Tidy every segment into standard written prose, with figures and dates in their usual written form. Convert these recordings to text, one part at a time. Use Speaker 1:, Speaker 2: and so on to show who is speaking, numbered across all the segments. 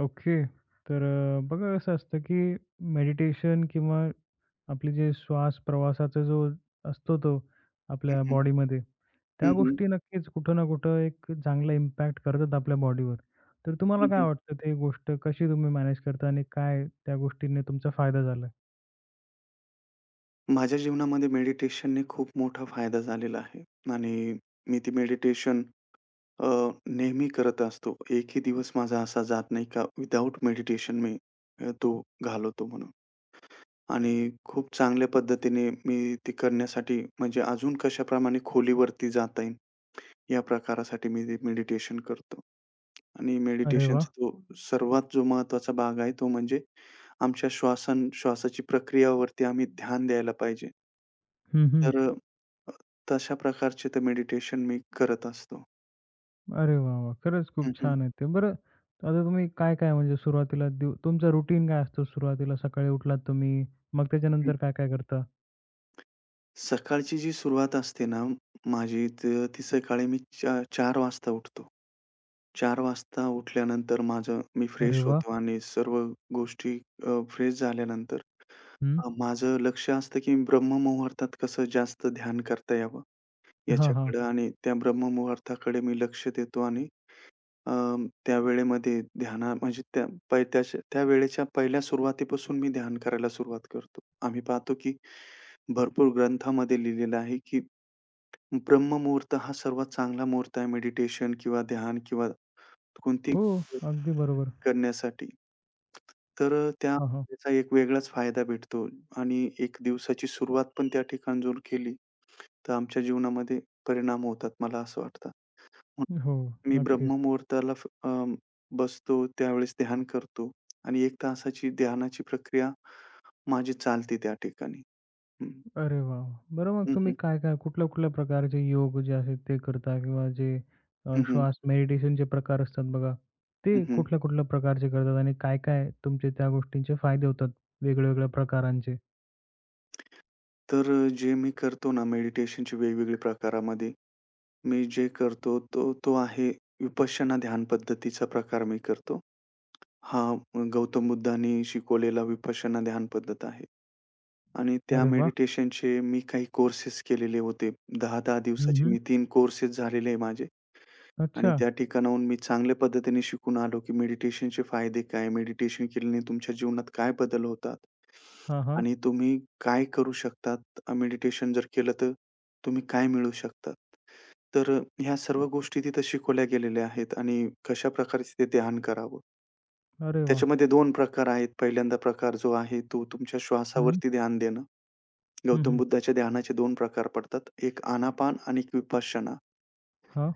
Speaker 1: Okay. तर बघा कसं असतं, की मेडिटेशन किंवा आपले जे श्वास प्रवासाचा जो असतो तो
Speaker 2: हं,
Speaker 1: आपल्या
Speaker 2: हं.
Speaker 1: बॉडीमध्ये,
Speaker 2: हं,
Speaker 1: त्या
Speaker 2: हं.
Speaker 1: गोष्टी नक्कीच कुठं ना कुठं एक चांगला इम्पॅक्ट करतात आपल्या बॉडीवर. तर तुम्हाला
Speaker 2: हं,
Speaker 1: काय
Speaker 2: हं.
Speaker 1: वाटतं ते गोष्ट कशी तुम्ही मॅनेज करता आणि काय त्या गोष्टीने तुमचा फायदा झाला?
Speaker 2: माझ्या जीवनामध्ये मेडिटेशनने खूप मोठा फायदा झालेला आहे आणि मी ती मेडिटेशन अ, नेहमी करत असतो. एकही दिवस माझा असा जात नाही का विदाऊट मेडिटेशन मी तो घालवतो म्हणून आणि खूप चांगल्या पद्धतीने मी ती करण्यासाठी म्हणजे अजून कशाप्रमाणे खोलीवरती जाता येईल या प्रकारासाठी मी ते मेडिटेशन करतो आणि
Speaker 1: अरे वाह!
Speaker 2: मेडिटेशनचा तो सर्वात जो महत्त्वाचा भाग आहे तो म्हणजे आमच्या श्वासन श्वासाची प्रक्रियावरती आम्ही ध्यान द्यायला पाहिजे.
Speaker 1: हं, हं.
Speaker 2: तर अ, तशा प्रकारचे तर मेडिटेशन मी करत असतो.
Speaker 1: अरे वाह, वाह! खरंच खूप
Speaker 2: हं, हं,
Speaker 1: छान आहे ते. बरं आता तुम्ही काय-काय म्हणजे सुरुवातीला दिव तुमचा रुटीन काय असतो? सुरुवातीला सकाळी उठलात तुम्ही, मग
Speaker 2: हं.
Speaker 1: त्याच्यानंतर काय-काय करता?
Speaker 2: सकाळची जी सुरुवात असते ना माझी, तर ती सकाळी मी 4:00 वाजता उठतो. चार वाजता उठल्यानंतर माझं मी
Speaker 1: अरे
Speaker 2: फ्रेश
Speaker 1: वाह!
Speaker 2: होतो आणि सर्व गोष्टी फ्रेश झाल्यानंतर
Speaker 1: हं.
Speaker 2: माझं लक्ष असतं की ब्रह्ममुहूर्तात कसं जास्त ध्यान करता यावं
Speaker 1: हां, हां.
Speaker 2: याच्याकडं आणि त्या ब्रह्ममुहूर्ताकडे मी लक्ष देतो आणि त्या वेळेमध्ये म्हणजे त्या पै त्याच्या त्या वेळेच्या पहिल्या सुरुवातीपासून मी ध्यान करायला सुरुवात करतो. आम्ही पाहतो, की भरपूर ग्रंथामध्ये लिहिलेलं आहे, की ब्रह्ममुहूर्त हा सर्वात चांगला मुहूर्त आहे मेडिटेशन किंवा ध्यान किंवा कोणतीही
Speaker 1: हो,
Speaker 2: गोष्ट
Speaker 1: अगदी बरोबर.
Speaker 2: करण्यासाठी. तर अ, त्या
Speaker 1: हां, हां.
Speaker 2: त्याचा एक वेगळाच फायदा भेटतो आणि एक दिवसाची सुरुवात पण त्या ठिकाणी जर केली, तर आमच्या जीवनामध्ये परिणाम होतात, मला असं वाटतं.
Speaker 1: हो,
Speaker 2: मी
Speaker 1: नक्कीच.
Speaker 2: ब्रह्ममुहूर्ताला बसतो, त्यावेळेस ध्यान करतो आणि एक तासाची ध्यानाची प्रक्रिया माझी चालते त्या ठिकाणी. हं.
Speaker 1: अरे वाह! वाह! बरं मग
Speaker 2: हं,
Speaker 1: तुम्ही
Speaker 2: हं.
Speaker 1: काय-काय, कुठल्या-कुठल्या प्रकारचे योग जे आहेत ते करता किंवा जे
Speaker 2: हं,
Speaker 1: श्वास मेडिटेशनचे प्रकार असतात बघा, ते कुठल्या-कुठल्या प्रकारचे करतात आणि काय-काय तुमचे त्या गोष्टींचे फायदे होतात वेगळ्या-वेगळ्या प्रकारांचे?
Speaker 2: तर जे मी करतो ना मेडिटेशनचे वेगवेगळे प्रकारामध्ये, मी जे करतो तो तो आहे विपश्यना ध्यान पद्धतीचा प्रकार मी करतो. हा गौतम बुद्धांनी शिकवलेला विपश्यना ध्यान पद्धत आहे आणि त्या
Speaker 1: अरे वाह!
Speaker 2: मेडिटेशनचे मी काही कोर्सेस केलेले होते. 10-10
Speaker 1: हं,
Speaker 2: दिवसाचे
Speaker 1: हं.
Speaker 2: मी 3 कोर्सेस झालेले आहे माझे. आणि
Speaker 1: अच्छा.
Speaker 2: त्या ठिकाणाहून मी चांगल्या पद्धतीने शिकून आलो, की मेडिटेशनचे फायदे काय? मेडिटेशन केल्याने तुमच्या जीवनात काय बदल होतात?
Speaker 1: हां, हां.
Speaker 2: आणि तुम्ही काय करू शकतात? मेडिटेशन जर केलं तर तुम्ही काय मिळवू शकतात? ह्या सर्व गोष्टी तिथं शिकवल्या गेलेल्या आहेत आणि कशाप्रकारे ते ध्यान करावं.
Speaker 1: अरे वाह!
Speaker 2: त्याच्यामध्ये 2 प्रकार आहेत. पहिल्यांदा प्रकार जो आहे तो तुमच्या
Speaker 1: हं,
Speaker 2: श्वासावरती ध्यान देणं.
Speaker 1: हं,
Speaker 2: गौतम
Speaker 1: हं.
Speaker 2: बुद्धाच्या ध्यानाचे 2 प्रकार पडतात. एक आनापान आणि एक विपश्यना.
Speaker 1: हां,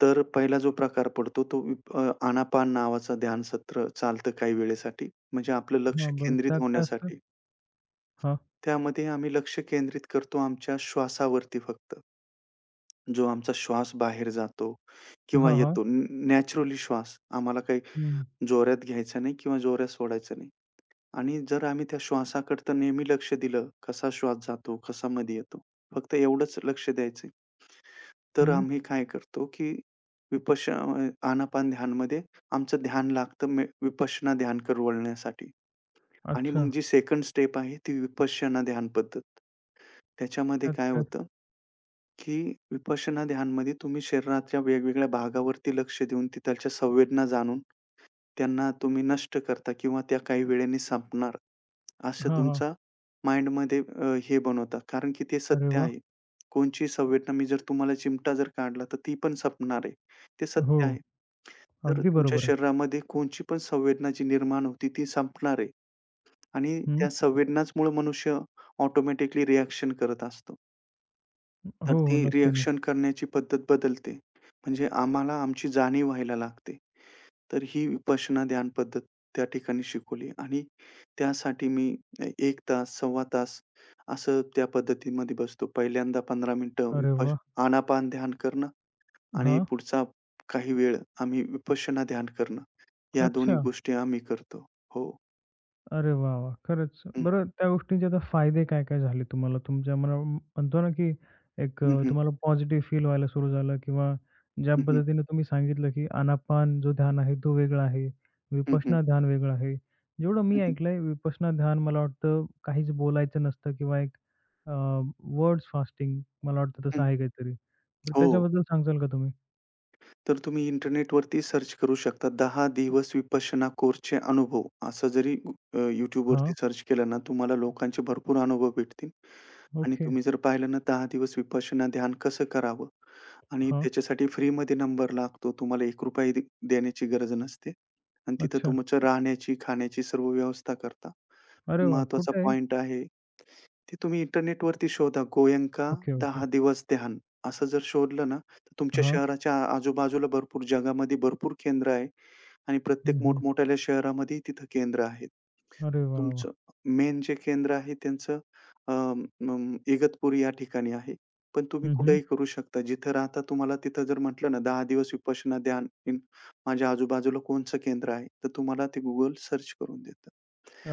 Speaker 2: तर पहिला जो प्रकार पडतो तो आनापान नावाचं ध्यानसत्र चालतं काही वेळेसाठी. म्हणजे आपलं लक्ष
Speaker 1: हां. बरं
Speaker 2: केंद्रित
Speaker 1: त्यात काय असतं?
Speaker 2: होण्यासाठी.
Speaker 1: हां.
Speaker 2: त्यामध्ये आम्ही लक्ष केंद्रित करतो आमच्या श्वासावरती फक्त. जो आमचा श्वास बाहेर जातो किंवा
Speaker 1: हां, हां.
Speaker 2: येतो नॅचरली श्वास. आम्हाला काही
Speaker 1: हं,
Speaker 2: जोऱ्यात घ्यायचा नाही किंवा जोऱ्यात सोडायचा नाही. आणि जर आम्ही त्या श्वासाकडे तर नेहमी लक्ष दिलं, कसा श्वास जातो, कसा मध्ये येतो. फक्त एवढंच लक्ष द्यायचं. तर
Speaker 1: हं.
Speaker 2: आम्ही काय करतो, की विपश्य आनापान ध्यानमध्ये आमचं ध्यान लागतं विपश्यना ध्यानकडे वळण्यासाठी आणि
Speaker 1: अच्छा.
Speaker 2: मग जी सेकंड स्टेप आहे ती विपश्यना ध्यान पद्धत. त्याच्यामध्ये
Speaker 1: त्यात
Speaker 2: काय
Speaker 1: काय?
Speaker 2: होतं, की विपश्यना ध्यानमध्ये तुम्ही शरीराच्या वेगवेगळ्या भागावरती लक्ष देऊन तिथल्या संवेदना जाणून त्यांना तुम्ही नष्ट करता किंवा त्या काही वेळाने संपणार. असं
Speaker 1: हां, हां.
Speaker 2: तुमचा माइंडमध्ये हे बनवता. कारण की ते
Speaker 1: अरे
Speaker 2: सत्य
Speaker 1: वाह!
Speaker 2: आहे. कोणची संवेदना मी जर तुम्हाला चिमटा जर काढला, तर ती पण संपणार आहे. ते
Speaker 1: हो,
Speaker 2: सत्य आहे. तर
Speaker 1: अगदी
Speaker 2: तुमच्या
Speaker 1: बरोबर आहे.
Speaker 2: शरीरामध्ये कोणची पण संवेदना जी निर्माण होती, ती संपणार आहे आणि
Speaker 1: हं.
Speaker 2: त्या संवेदनाचमुळे मनुष्य ऑटोमॅटिकली रिएक्शन करत असतो.
Speaker 1: हो,
Speaker 2: तर ती
Speaker 1: हो. नक्की, नक्की.
Speaker 2: रिएक्शन करण्याची पद्धत बदलते. म्हणजे आम्हाला आमची जाणीव व्हायला लागते. तर ही विपश्यना ध्यान पद्धत त्या ठिकाणी शिकवली आणि त्यासाठी मी एक तास, सव्वा तास असं त्या पद्धतीमध्ये बसतो. पहिल्यांदा 15 मिनिटं
Speaker 1: अरे वाह!
Speaker 2: आनापान ध्यान करणं आणि
Speaker 1: हां.
Speaker 2: पुढचा काही वेळ आम्ही विपश्यना ध्यान करणं. या दोन्ही
Speaker 1: अच्छा.
Speaker 2: गोष्टी आम्ही करतो. हो.
Speaker 1: अरे वाह, वाह! खरंच. बरं त्या गोष्टींचे आता फायदे काय-काय झाले तुम्हाला? तुमच्या मना म्हणतो ना, की एक
Speaker 2: हं, हं.
Speaker 1: तुम्हाला पॉझिटिव्ह फील व्हायला सुरू झालं किंवा ज्या
Speaker 2: हं, हं.
Speaker 1: पद्धतीने तुम्ही सांगितलं, की आनापान जो ध्यान आहे तो वेगळा आहे.
Speaker 2: हं, हं.
Speaker 1: विपश्यना ध्यान वेगळं आहे. जेवढं
Speaker 2: हं,
Speaker 1: मी
Speaker 2: हं.
Speaker 1: ऐकलंय विपश्यना ध्यान मला वाटतं काहीच बोलायचं नसतं किंवा एक अ, वर्ड्स फास्टिंग मला वाटतं तसं
Speaker 2: हं.
Speaker 1: आहे काहीतरी. तर
Speaker 2: हो.
Speaker 1: त्याच्याबद्दल सांगाल का तुम्ही?
Speaker 2: तर तुम्ही इंटरनेटवरती सर्च करू शकता, 10 दिवस विपश्यना कोर्सचे अनुभव. असं जरी YouTubeवरती
Speaker 1: हां.
Speaker 2: सर्च केलं ना, तुम्हाला लोकांचे भरपूर अनुभव भेटतील. आणि
Speaker 1: ओके.
Speaker 2: तुम्ही जर पाहिलं ना, 10 दिवस विपश्यना ध्यान कसं करावं आणि
Speaker 1: हां.
Speaker 2: त्याच्यासाठी फ्रीमध्ये नंबर लागतो. तुम्हाला ₹1 देण्याची गरज नसते आणि तिथं
Speaker 1: अच्छा.
Speaker 2: तुमच्या राहण्याची, खाण्याची सर्व व्यवस्था करता.
Speaker 1: अरे वाह!
Speaker 2: महत्त्वाचा
Speaker 1: कुठे आहे?
Speaker 2: पॉइंट आहे ते तुम्ही इंटरनेटवरती शोधा, "गोयंका
Speaker 1: ओके, ओके.
Speaker 2: 10 दिवस ध्यान" असं जर शोधलं ना, तर तुमच्या
Speaker 1: हां.
Speaker 2: शहराच्या आजूबाजूला भरपूर जगामध्ये भरपूर केंद्र आहे आणि प्रत्येक
Speaker 1: हं, हं.
Speaker 2: मोठमोठ्या शहरामध्ये तिथं केंद्र आहेत.
Speaker 1: अरे वाह,
Speaker 2: तुमचं
Speaker 1: वाह!
Speaker 2: मेन जे केंद्र आहे त्यांचं इगतपुरी या ठिकाणी आहे. पण तुम्ही
Speaker 1: हं, हं.
Speaker 2: कुठेही करू शकता. जिथं राहता तुम्हाला तिथं जर म्हटलं ना, "10 दिवस विपश्यना ध्यान इन माझ्या आजूबाजूला कोणचं केंद्र आहे?" तर तुम्हाला ते Google सर्च करून देतं.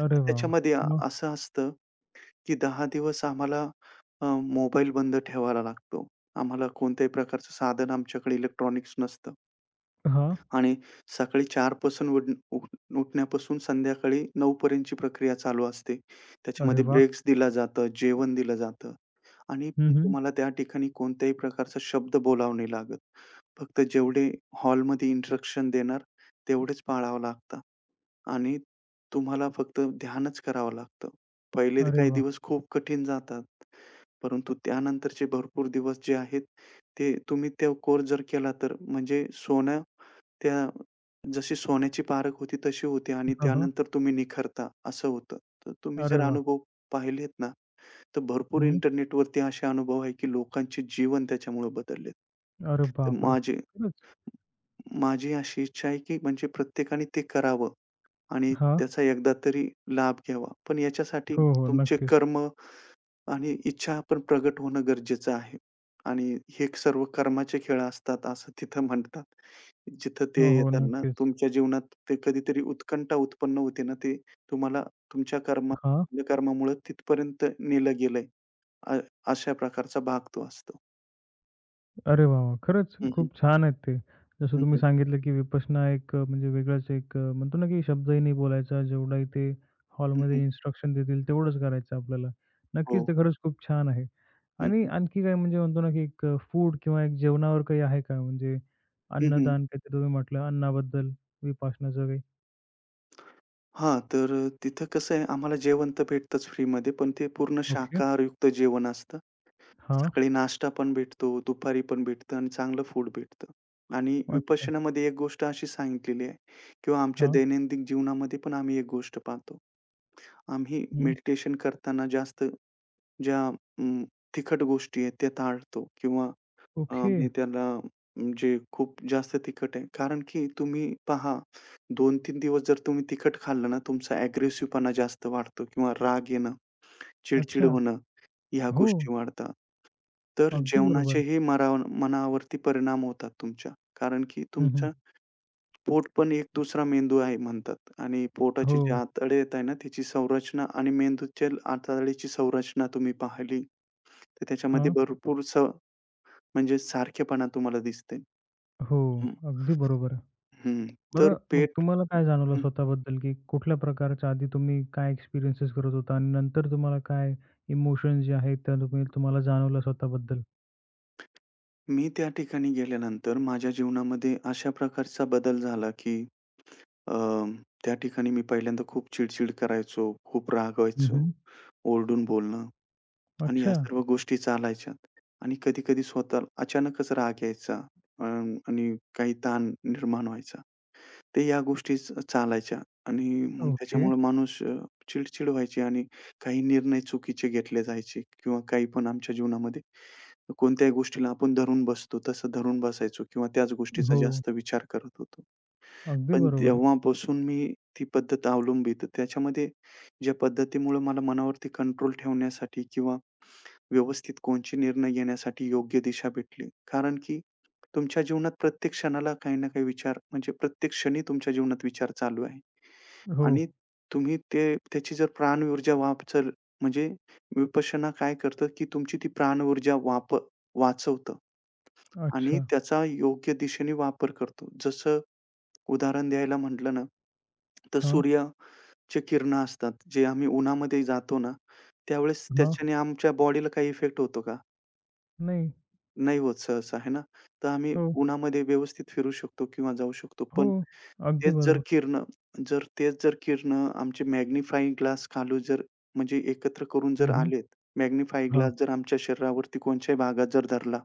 Speaker 1: अरे वाह,
Speaker 2: त्याच्यामध्ये
Speaker 1: वाह! मग?
Speaker 2: असं असतं, की 10 दिवस आम्हाला मोबाईल बंद ठेवायला लागतो. आम्हाला कोणत्याही प्रकारचं साधन आमच्याकडे इलेक्ट्रॉनिक्स नसतं.
Speaker 1: हां.
Speaker 2: आणि सकाळी 4पासून उठ उठ उठण्यापासून संध्याकाळी 9 पर्यंतची प्रक्रिया चालू असते.
Speaker 1: अरे
Speaker 2: त्याच्यामध्ये
Speaker 1: वाह!
Speaker 2: ब्रेक्स दिला जातं, जेवण दिलं जातं आणि
Speaker 1: हं,
Speaker 2: पण
Speaker 1: हं.
Speaker 2: तुम्हाला त्या ठिकाणी कोणत्याही प्रकारचा शब्द बोलावं नाही लागत. फक्त जेवढे हॉलमध्ये इन्स्ट्रक्शन देणार तेवढेच पाळावं लागतं आणि तुम्हाला फक्त ध्यानच करावं लागतं. पहिले
Speaker 1: अरे
Speaker 2: काही
Speaker 1: वाह!
Speaker 2: दिवस खूप कठीण जातात. परंतु त्यानंतरचे भरपूर दिवस जे आहेत, ते तुम्ही तो कोर्स जर केला तर म्हणजे सोनं त्या जशी सोन्याची पारख होती तशी होती आणि
Speaker 1: हां, हां.
Speaker 2: त्यानंतर तुम्ही निखरता, असं होतं. तर तुम्ही
Speaker 1: अरे
Speaker 2: जर
Speaker 1: वाह!
Speaker 2: अनुभव पाहिलेत ना, तर भरपूर
Speaker 1: हं.
Speaker 2: इंटरनेटवरती असे अनुभव आहे, की लोकांचे जीवन त्याच्यामुळे बदललेत.
Speaker 1: अरे
Speaker 2: तर
Speaker 1: बापरे!
Speaker 2: माझी
Speaker 1: खरंच?
Speaker 2: माझी अशी इच्छा आहे, की म्हणजे प्रत्येकाने ते करावं आणि
Speaker 1: हां.
Speaker 2: त्याचा एकदा तरी लाभ घ्यावा. पण याच्यासाठी
Speaker 1: हो, हो.
Speaker 2: तुमचे
Speaker 1: नक्कीच.
Speaker 2: कर्म आणि इच्छा पण प्रगट होणं गरजेचं आहे. आणि हे सर्व कर्माचे खेळ असतात असं तिथं म्हणतात. जिथं ते
Speaker 1: हो, हो.
Speaker 2: येतात ना,
Speaker 1: नक्कीच.
Speaker 2: तुमच्या जीवनात ते कधीतरी उत्कंठा उत्पन्न होते ना, ते तुम्हाला तुमच्या
Speaker 1: हां.
Speaker 2: कर्मामुळे तिथपर्यंत नेलं गेलंय. अ, अशा प्रकारचा भाग तो असतो.
Speaker 1: अरे वाह, वाह! खरंच
Speaker 2: हं, हं.
Speaker 1: खूप छान आहेत ते. जसं
Speaker 2: हं,
Speaker 1: तुम्ही
Speaker 2: हं.
Speaker 1: सांगितलं, की विपश्यना एक म्हणजे वेगळाच एक म्हणतो ना, की शब्दही नाही बोलायचा. जेवढाही ते हॉलमध्ये इन्स्ट्रक्शन देतील तेवढंच करायचं आपल्याला.
Speaker 2: हो.
Speaker 1: नक्कीच ते खरंच खूप छान आहे.
Speaker 2: हं,
Speaker 1: आणि
Speaker 2: हं.
Speaker 1: आणखी काय म्हणजे म्हणतो ना, की एक फूड किंवा एक जेवणावर काही आहे का? म्हणजे
Speaker 2: हं, हं.
Speaker 1: अन्नदान काहीतरी तुम्ही म्हटलं अन्नाबद्दल विपश्यनाचं काही?
Speaker 2: हां, तर तिथं कसं आहे आम्हाला जेवण तर भेटतंच फ्रीमध्ये, पण ते पूर्ण
Speaker 1: ओके.
Speaker 2: शाकाहारयुक्त जेवण असतं.
Speaker 1: हां.
Speaker 2: सकाळी नाश्ता पण भेटतो, दुपारी पण भेटतं आणि चांगलं फूड भेटतं. आणि
Speaker 1: अच्छा.
Speaker 2: विपश्यनामध्ये एक गोष्ट अशी सांगितलेली आहे किंवा आमच्या
Speaker 1: हां.
Speaker 2: दैनंदिन जीवनामध्ये पण आम्ही एक गोष्ट पाहतो. आम्ही
Speaker 1: हं.
Speaker 2: मेडिटेशन करताना जास्त ज्या अं, तिखट गोष्टी आहेत त्या टाळतो किंवा
Speaker 1: ओके.
Speaker 2: मी त्याला म्हणजे खूप जास्त तिखट आहे. कारण की तुम्ही पहा 2-3 दिवस जर तुम्ही तिखट खाल्लं ना, तुमचा अग्रेसिव्हपणा जास्त वाढतो किंवा राग येणं, चिड
Speaker 1: अच्छा.
Speaker 2: होणं. ह्या
Speaker 1: हो.
Speaker 2: गोष्टी वाढतात. तर
Speaker 1: अगदी बरोबर.
Speaker 2: जेवणाचेही मनावरती परिणाम होतात तुमच्या. कारण की
Speaker 1: हं, हं.
Speaker 2: तुमचं पोट पण एक दुसरा मेंदू आहे म्हणतात आणि पोटाची
Speaker 1: हो.
Speaker 2: जी आतडे येत आहे ना, त्याची संरचना आणि मेंदूच्या आतडेची संरचना तुम्ही पाहिली, तर त्याच्यामध्ये
Speaker 1: हां.
Speaker 2: भरपूर म्हणजे सारखेपणा तुम्हाला दिसते.
Speaker 1: हो.
Speaker 2: हं,
Speaker 1: अगदी बरोबर.
Speaker 2: हं. तर
Speaker 1: बरं, मग
Speaker 2: पेट
Speaker 1: तुम्हाला काय जाणवलं
Speaker 2: हं,
Speaker 1: स्वतःबद्दल, की कुठल्या प्रकारच्या आधी तुम्ही काय एक्सपिरियन्सेस करत होता आणि नंतर तुम्हाला काय इमोशन्स जे आहेत, त्या तुम्ही तुम्हाला जाणवलं स्वतःबद्दल?
Speaker 2: मी त्या ठिकाणी गेल्यानंतर माझ्या जीवनामध्ये अशा प्रकारचा बदल झाला की अ, त्या ठिकाणी मी पहिल्यांदा खूप चिड-चिड करायचो, खूप
Speaker 1: हं,
Speaker 2: रागवायचो,
Speaker 1: हं.
Speaker 2: ओरडून बोलणं आणि ह्या
Speaker 1: अच्छा.
Speaker 2: सर्व गोष्टी चालायच्या आणि कधी-कधी स्वतः अचानकच राग यायचा आणि काही ताण निर्माण व्हायचा. ते या गोष्टीच चालायच्या आणि मग
Speaker 1: ओके.
Speaker 2: त्याच्यामुळे माणूस चिडचिड व्हायची आणि काही निर्णय चुकीचे घेतले जायचे किंवा काही पण आमच्या जीवनामध्ये कोणत्याही गोष्टीला आपण धरून बसतो तसं धरून बसायचो किंवा त्याच गोष्टीचा
Speaker 1: हो,
Speaker 2: जास्त विचार करत होतो.
Speaker 1: अगदी
Speaker 2: पण
Speaker 1: बरोबर.
Speaker 2: तेव्हापासून मी ती पद्धत अवलंबित. त्याच्यामध्ये ज्या पद्धतीमुळे मला मनावरती कंट्रोल ठेवण्यासाठी किंवा व्यवस्थित कोणचे निर्णय घेण्यासाठी योग्य दिशा भेटली. कारण की तुमच्या जीवनात प्रत्येक क्षणाला काही ना काही विचार म्हणजे प्रत्येक क्षणी तुमच्या जीवनात विचार चालू आहे.
Speaker 1: हो.
Speaker 2: आणि तुम्ही ते त्याची जर प्राणऊर्जा म्हणजे विपश्यना काय करतं, की तुमची ती प्राणऊर्जा वाचवतं आणि
Speaker 1: अच्छा.
Speaker 2: त्याचा योग्य दिशेने वापर करतो. जसं उदाहरण द्यायला म्हटलं ना, तर
Speaker 1: हां,
Speaker 2: सूर्याचे किरणं असतात, जे आम्ही उन्हामध्ये जातो ना, त्यावेळेस
Speaker 1: हां.
Speaker 2: त्याच्याने आमच्या बॉडीला काही इफेक्ट होतो का?
Speaker 1: नाही.
Speaker 2: नाही होत सहसा आहे ना. तर आम्ही
Speaker 1: हो,
Speaker 2: उन्हामध्ये व्यवस्थित फिरू शकतो किंवा जाऊ शकतो.
Speaker 1: हो.
Speaker 2: पण
Speaker 1: अगदी
Speaker 2: तेच जर
Speaker 1: बरोबर.
Speaker 2: किरणं जर तेच जर किरणं आमचे मॅग्निफाइंग ग्लास खालू जर म्हणजे एकत्र करून जर
Speaker 1: हं,
Speaker 2: आलेत, मॅग्निफाइंग
Speaker 1: हां,
Speaker 2: ग्लास जर आमच्या शरीरावरती कोणत्याही भागात जर धरला,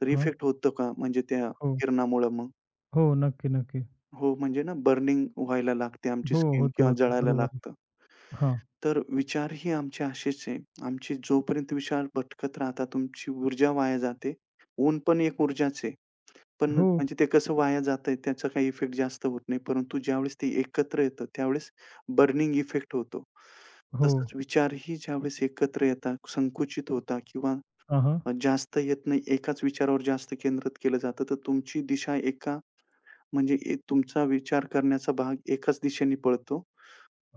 Speaker 2: तर
Speaker 1: हां.
Speaker 2: इफेक्ट होतो का म्हणजे त्या
Speaker 1: हो,
Speaker 2: किरणामुळं मग?
Speaker 1: हो. नक्की, नक्की.
Speaker 2: हो, म्हणजे ना बर्निंग व्हायला लागते आमची
Speaker 1: हो,
Speaker 2: स्किन
Speaker 1: होते,
Speaker 2: किंवा
Speaker 1: होते.
Speaker 2: जळायला
Speaker 1: बरोबर
Speaker 2: लागतं.
Speaker 1: हां.
Speaker 2: तर विचारही आमचे असेच आहे. आमची जोपर्यंत विचार भटकत राहतात, तुमची ऊर्जा वाया जाते. ऊन पण एक ऊर्जाच आहे. पण
Speaker 1: हो,
Speaker 2: म्हणजे ते कसं वाया जातंय, त्याचा काही इफेक्ट जास्त होत नाही. परंतु ज्यावेळेस ते एकत्र येतं, त्यावेळेस बर्निंग इफेक्ट होतो.
Speaker 1: हो.
Speaker 2: तसंच विचारही ज्यावेळेस एकत्र येतात, संकुचित होतात किंवा
Speaker 1: हां, हां.
Speaker 2: जास्त येत नाही, एकाच विचारावर जास्त केंद्रित केलं जातं, तर तुमची दिशा एका म्हणजे ए तुमचा विचार करण्याचा भाग एकाच दिशेने पळतो,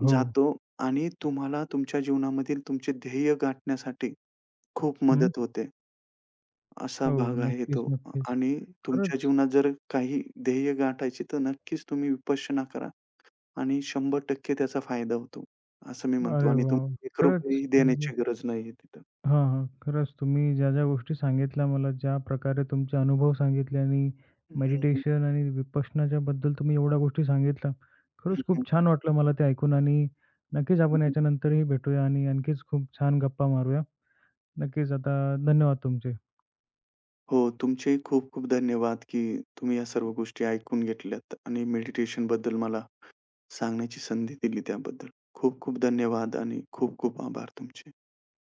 Speaker 1: हो.
Speaker 2: जातो आणि तुम्हाला तुमच्या जीवनामधील तुमचे ध्येय गाठण्यासाठी खूप
Speaker 1: हं.
Speaker 2: मदत होते. असा
Speaker 1: हो.
Speaker 2: भाग आहे
Speaker 1: नक्कीच,
Speaker 2: तो
Speaker 1: नक्कीच.
Speaker 2: आणि तुमच्या
Speaker 1: खरंच.
Speaker 2: जीवनात जर काही ध्येय गाठायची तर नक्कीच तुम्ही विपश्यना करा आणि 100% त्याचा फायदा होतो, असं मी म्हणतो
Speaker 1: अरे
Speaker 2: आणि
Speaker 1: वाह!
Speaker 2: तुम्ही
Speaker 1: खरंच
Speaker 2: ₹1
Speaker 1: म्हणजे
Speaker 2: देण्याची गरज नाहीये तिथं.
Speaker 1: हां, हां. खरंच तुम्ही ज्या-ज्या गोष्टी सांगितल्या मला, ज्या प्रकारे तुमचे अनुभव सांगितले आणि
Speaker 2: हं, हं,
Speaker 1: मेडिटेशन आणि विपश्यनाच्या बद्दल तुम्ही एवढ्या गोष्टी सांगितल्या.
Speaker 2: हं,
Speaker 1: खरंच
Speaker 2: हं,
Speaker 1: खूप छान वाटलं मला ते ऐकून आणि नक्कीच आपण याच्यानंतरही भेटूया आणि आणखीच खूप छान गप्पा मारूया. नक्कीच आता धन्यवाद तुमचे.
Speaker 2: हो, तुमचेही खूप खूप धन्यवाद, की तुम्ही या सर्व गोष्टी ऐकून घेतल्यात आणि मेडिटेशनबद्दल मला सांगण्याची संधी दिली त्याबद्दल. खूप खूप धन्यवाद आणि खूप खूप आभार तुमचे.